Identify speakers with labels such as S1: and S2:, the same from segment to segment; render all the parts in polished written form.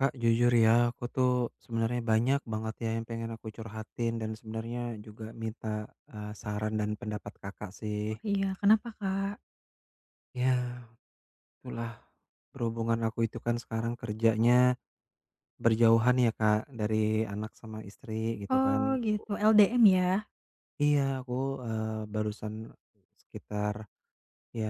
S1: Kak, jujur ya, aku tuh sebenarnya banyak banget ya yang pengen aku curhatin dan sebenarnya juga minta, saran dan pendapat Kakak sih.
S2: Oh iya, kenapa Kak?
S1: Ya, itulah berhubungan aku itu kan sekarang kerjanya berjauhan ya, Kak, dari anak sama istri gitu kan.
S2: Oh gitu, LDM ya?
S1: Iya, aku, barusan sekitar ya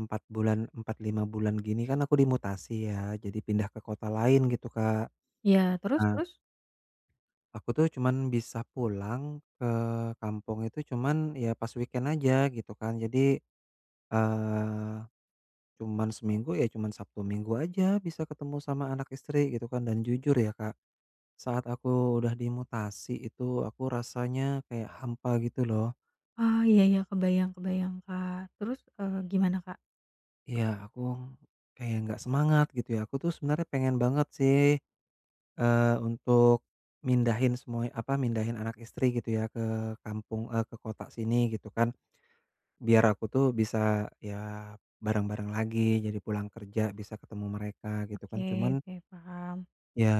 S1: 4 bulan, 4 5 bulan gini kan aku dimutasi ya, jadi pindah ke kota lain gitu, Kak.
S2: Iya, terus terus?
S1: Aku tuh cuman bisa pulang ke kampung itu cuman ya pas weekend aja gitu kan. Jadi, eee, cuman seminggu ya cuman Sabtu Minggu aja bisa ketemu sama anak istri gitu kan dan jujur ya Kak, saat aku udah dimutasi itu aku rasanya kayak hampa gitu loh.
S2: Oh, iya iya, kebayang kebayang Kak. Terus, gimana Kak?
S1: Iya aku kayak nggak semangat gitu ya. Aku tuh sebenarnya pengen banget sih, untuk mindahin semua apa, mindahin anak istri gitu ya ke kampung, ke kota sini gitu kan. Biar aku tuh bisa, ya bareng-bareng lagi, jadi pulang kerja bisa ketemu mereka gitu kan.
S2: Oke
S1: Cuman,
S2: oke, paham.
S1: ya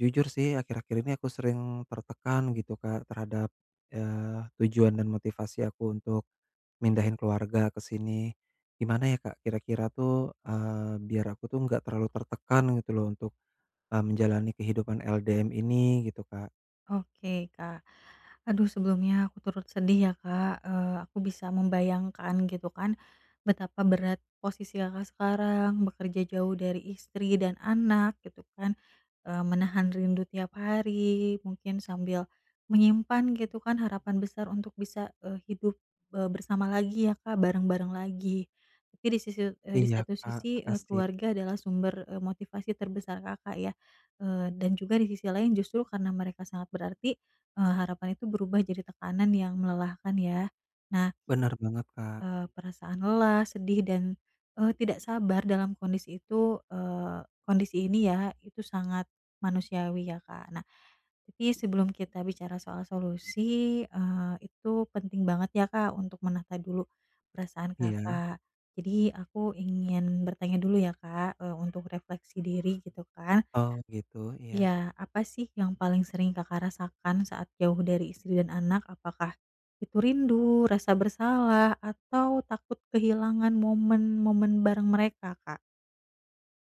S1: jujur sih akhir-akhir ini aku sering tertekan gitu Kak terhadap, tujuan dan motivasi aku untuk mindahin keluarga ke sini. Gimana ya Kak kira-kira tuh, biar aku tuh nggak terlalu tertekan gitu loh untuk, menjalani kehidupan LDM ini gitu Kak.
S2: Oke, Kak. Aduh sebelumnya aku turut sedih ya, Kak, aku bisa membayangkan gitu kan betapa berat posisi Kakak sekarang, bekerja jauh dari istri dan anak gitu kan, menahan rindu tiap hari, mungkin sambil menyimpan gitu kan harapan besar untuk bisa, hidup, bersama lagi ya, Kak, bareng-bareng lagi. Tapi di
S1: Iya
S2: satu
S1: Kak,
S2: sisi,
S1: makasih.
S2: keluarga adalah sumber, motivasi terbesar Kakak ya. Dan juga di sisi lain justru karena mereka sangat berarti, harapan itu berubah jadi tekanan yang melelahkan ya. Nah,
S1: Benar banget Kak.
S2: perasaan lelah, sedih, dan tidak sabar dalam kondisi ini ya, itu sangat manusiawi ya, Kak. Nah, tapi sebelum kita bicara soal solusi, itu penting banget ya, Kak, untuk menata dulu perasaan
S1: Iya.
S2: Kakak. Jadi aku ingin bertanya dulu ya, Kak, untuk refleksi diri gitu kan.
S1: Oh gitu, iya.
S2: Iya, apa sih yang paling sering Kakak rasakan saat jauh dari istri dan anak? Apakah itu rindu, rasa bersalah, atau takut kehilangan momen-momen bareng mereka, Kak?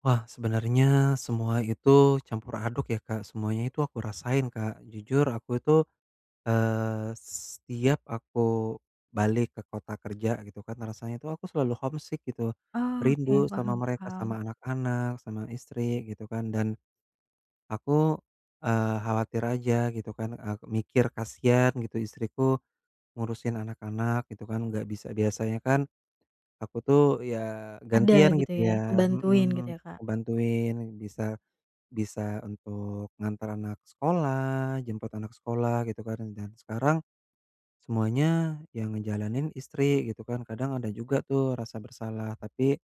S1: Wah, sebenarnya semua itu campur aduk ya, Kak, semuanya itu aku rasain, Kak. Jujur aku itu, eee, setiap aku balik ke kota kerja gitu kan, rasanya itu aku selalu homesick gitu,
S2: Oh, oke,
S1: rindu sama
S2: paham
S1: mereka,
S2: paham.
S1: sama anak-anak, sama istri gitu kan. Dan aku, khawatir aja gitu kan, aku mikir kasihan gitu istriku ngurusin anak-anak gitu kan, nggak bisa biasanya kan aku tuh ya
S2: Ada
S1: gantian
S2: gitu
S1: gitu ya,
S2: ya, ngebantuin gitu
S1: mhm,
S2: ya, Kak?
S1: ngebantuin bisa bisa untuk ngantar anak sekolah, jemput anak sekolah gitu kan dan sekarang semuanya yang ngejalanin istri gitu kan. Kadang ada juga tuh rasa bersalah tapi,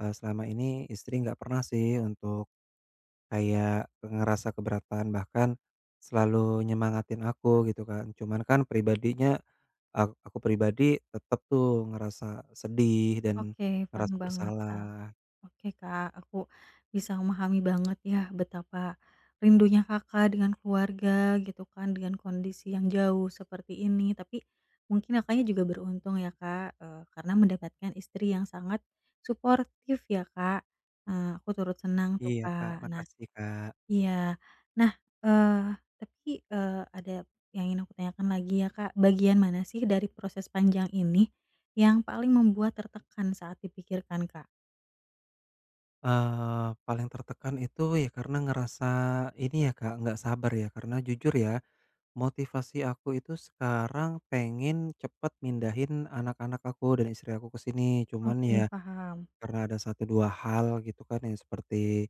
S1: selama ini istri nggak pernah sih untuk kayak ngerasa keberatan bahkan selalu nyemangatin aku gitu kan. Cuman kan pribadinya aku pribadi tetap tuh ngerasa sedih dan
S2: Oke, paham
S1: ngerasa
S2: banget, Kak.
S1: bersalah.
S2: Oke Kak, aku bisa memahami banget ya betapa rindunya Kakak dengan keluarga gitu kan, dengan kondisi yang jauh seperti ini. Tapi mungkin Kakaknya juga beruntung ya Kak, karena mendapatkan istri yang sangat suportif ya Kak. Aku turut senang tuh
S1: Iya Kak,
S2: Kak. Nah
S1: makasih Kak.
S2: iya. Nah, eee, tapi, ada yang ingin aku tanyakan lagi ya Kak, bagian mana sih dari proses panjang ini yang paling membuat tertekan saat dipikirkan Kak?
S1: Paling tertekan itu ya karena ngerasa ini ya Kak, nggak sabar ya karena jujur ya, motivasi aku itu sekarang pengen cepet mindahin anak-anak aku dan istri aku ke sini. Cuman ya
S2: Oke, paham.
S1: karena ada satu 2 hal gitu kan ya seperti,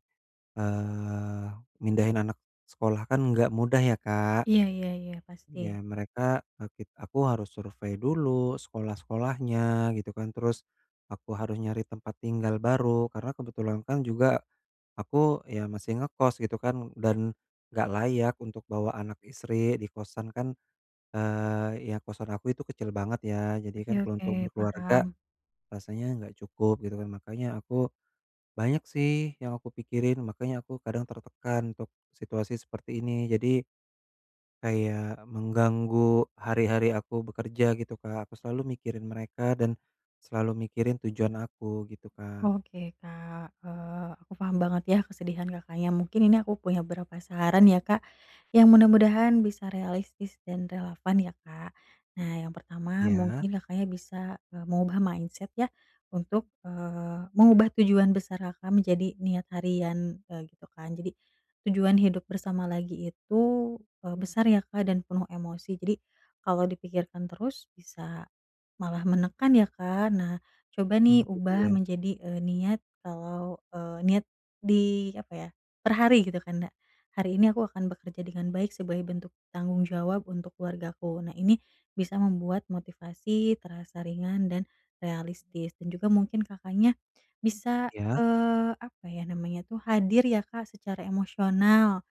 S1: eee, mindahin anak sekolah kan nggak mudah ya Kak.
S2: Iya iya iya, pasti.
S1: Ya mereka, eee, kit aku harus survei dulu sekolah-sekolahnya gitu kan, terus aku harus nyari tempat tinggal baru karena kebetulan kan juga aku ya masih ngekos gitu kan dan nggak layak untuk bawa anak istri di kosan kan, ya kosan aku itu kecil banget ya jadi
S2: Oke
S1: kan kalau
S2: oke,
S1: untuk
S2: paham.
S1: berkeluarga rasanya nggak cukup gitu kan makanya aku banyak sih yang aku pikirin makanya aku kadang tertekan untuk situasi seperti ini jadi kayak mengganggu hari-hari aku bekerja gitu Kak, aku selalu mikirin mereka dan selalu mikirin tujuan aku gitu Kak.
S2: Oke, Kak, aku paham banget ya kesedihan Kakaknya. Mungkin ini aku punya beberapa saran ya, Kak, yang mudah-mudahan bisa realistis dan relevan ya, Kak. Nah, yang pertama
S1: Ya,
S2: mungkin Kakaknya bisa, mengubah mindset ya untuk, mengubah tujuan besar Kakak menjadi niat harian, gitu kan. Jadi tujuan hidup bersama lagi itu, besar ya, Kak, dan penuh emosi. Jadi kalau dipikirkan terus bisa malah menekan ya, Kak. Nah, coba nih
S1: mmm, gitu
S2: ubah
S1: ya?
S2: menjadi, niat kalau, niat di apa ya, per hari gitu kan hari ini aku akan bekerja dengan baik sebagai bentuk tanggung jawab untuk keluargaku. Nah, ini bisa membuat motivasi terasa ringan dan realistis dan juga mungkin Kakaknya bisa,
S1: Ya,
S2: apa ya namanya tuh, hadir ya Kak, secara emosional.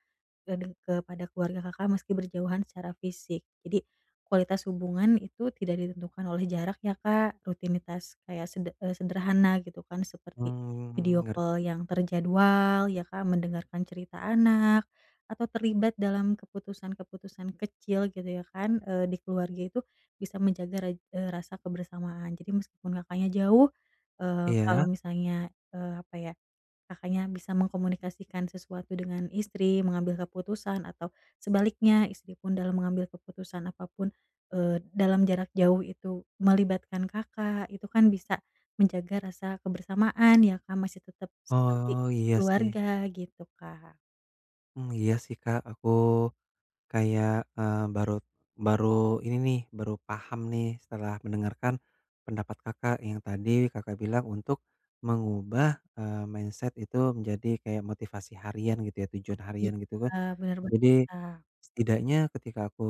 S2: Kepada keluarga Kakak meski berjauhan secara fisik. Jadi kualitas hubungan itu tidak ditentukan oleh jarak ya, Kak, rutinitas kayak sederhana gitu kan seperti
S1: mmm,
S2: video call
S1: ngerti
S2: yang terjadwal ya, Kak, mendengarkan cerita anak, atau terlibat dalam keputusan-keputusan kecil gitu ya kan, di keluarga itu bisa menjaga rasa kebersamaan. Jadi meskipun Kakaknya jauh, kalau
S1: ya.
S2: misalnya, apa ya Kakaknya bisa mengkomunikasikan sesuatu dengan istri, mengambil keputusan atau sebaliknya istri pun dalam mengambil keputusan apapun, dalam jarak jauh itu melibatkan Kakak, itu kan bisa menjaga rasa kebersamaan ya Kak, masih tetap seperti
S1: Oh, iya sih.
S2: keluarga gitu Kak.
S1: Mmm, iya sih, Kak, aku kayak, eee, baru baru ini nih, baru paham nih setelah mendengarkan pendapat Kakak yang tadi Kakak bilang untuk mengubah, mindset itu menjadi kayak motivasi harian gitu ya, tujuan harian gitu kan.
S2: Iya, benar banget
S1: Jadi
S2: Kak.
S1: setidaknya ketika aku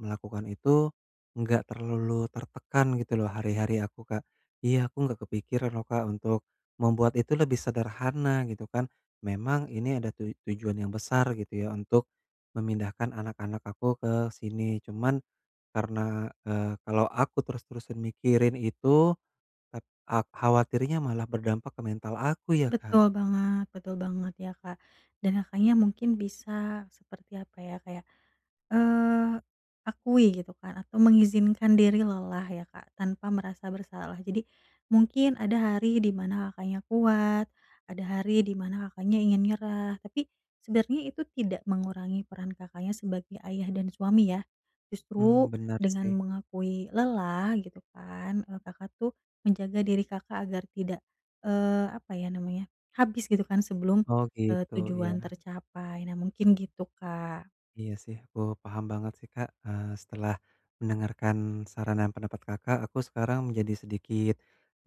S1: melakukan itu, nggak terlalu tertekan gitu loh hari-hari aku, Kak. Iya, aku nggak kepikiran loh, Kak, untuk membuat itu lebih sederhana gitu kan. Memang ini ada tujuan yang besar gitu ya untuk memindahkan anak-anak aku ke sini. Cuman karena, kalau aku terus-terusan mikirin itu, tap ak khawatirnya malah berdampak ke mental aku ya, Kak.
S2: Betul banget ya Kak, dan Kakaknya mungkin bisa seperti apa ya, kayak Eee, akui gitu kan atau mengizinkan diri lelah ya Kak, tanpa merasa bersalah. Jadi mungkin ada hari di mana Kakaknya kuat, ada hari di mana Kakaknya ingin nyerah, tapi sebenarnya itu tidak mengurangi peran Kakaknya sebagai ayah dan suami ya. Justru
S1: Mmm, bener
S2: dengan
S1: sih.
S2: mengakui lelah gitu kan, Kakak tuh menjaga diri Kakak agar tidak, apa ya namanya, habis gitu kan sebelum,
S1: Oh gitu,
S2: tujuan
S1: ya.
S2: tercapai. Nah mungkin gitu Kak.
S1: Iya sih, aku paham banget sih, Kak. Setelah mendengarkan saran dan pendapat Kakak, aku sekarang menjadi sedikit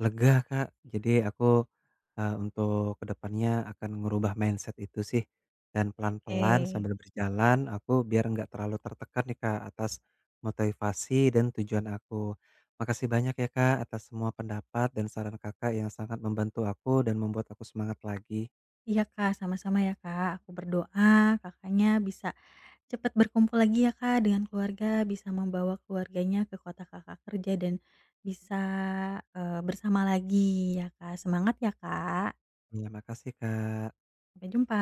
S1: lega, Kak. Jadi aku, untuk kedepannya akan ngerubah mindset itu sih, dan pelan-pelan
S2: Oke.
S1: sambil berjalan aku biar nggak terlalu tertekan nih, Kak, atas motivasi dan tujuan aku. Makasih banyak ya, Kak, atas semua pendapat dan saran Kakak yang sangat membantu aku dan membuat aku semangat lagi.
S2: Iya Kak, sama-sama ya Kak. Aku berdoa Kakaknya bisa cepat berkumpul lagi ya Kak dengan keluarga, bisa membawa keluarganya ke kota Kakak kerja dan bisa, bersama lagi ya Kak. Semangat ya Kak,
S1: Iya, makasih, Kak.
S2: sampai jumpa.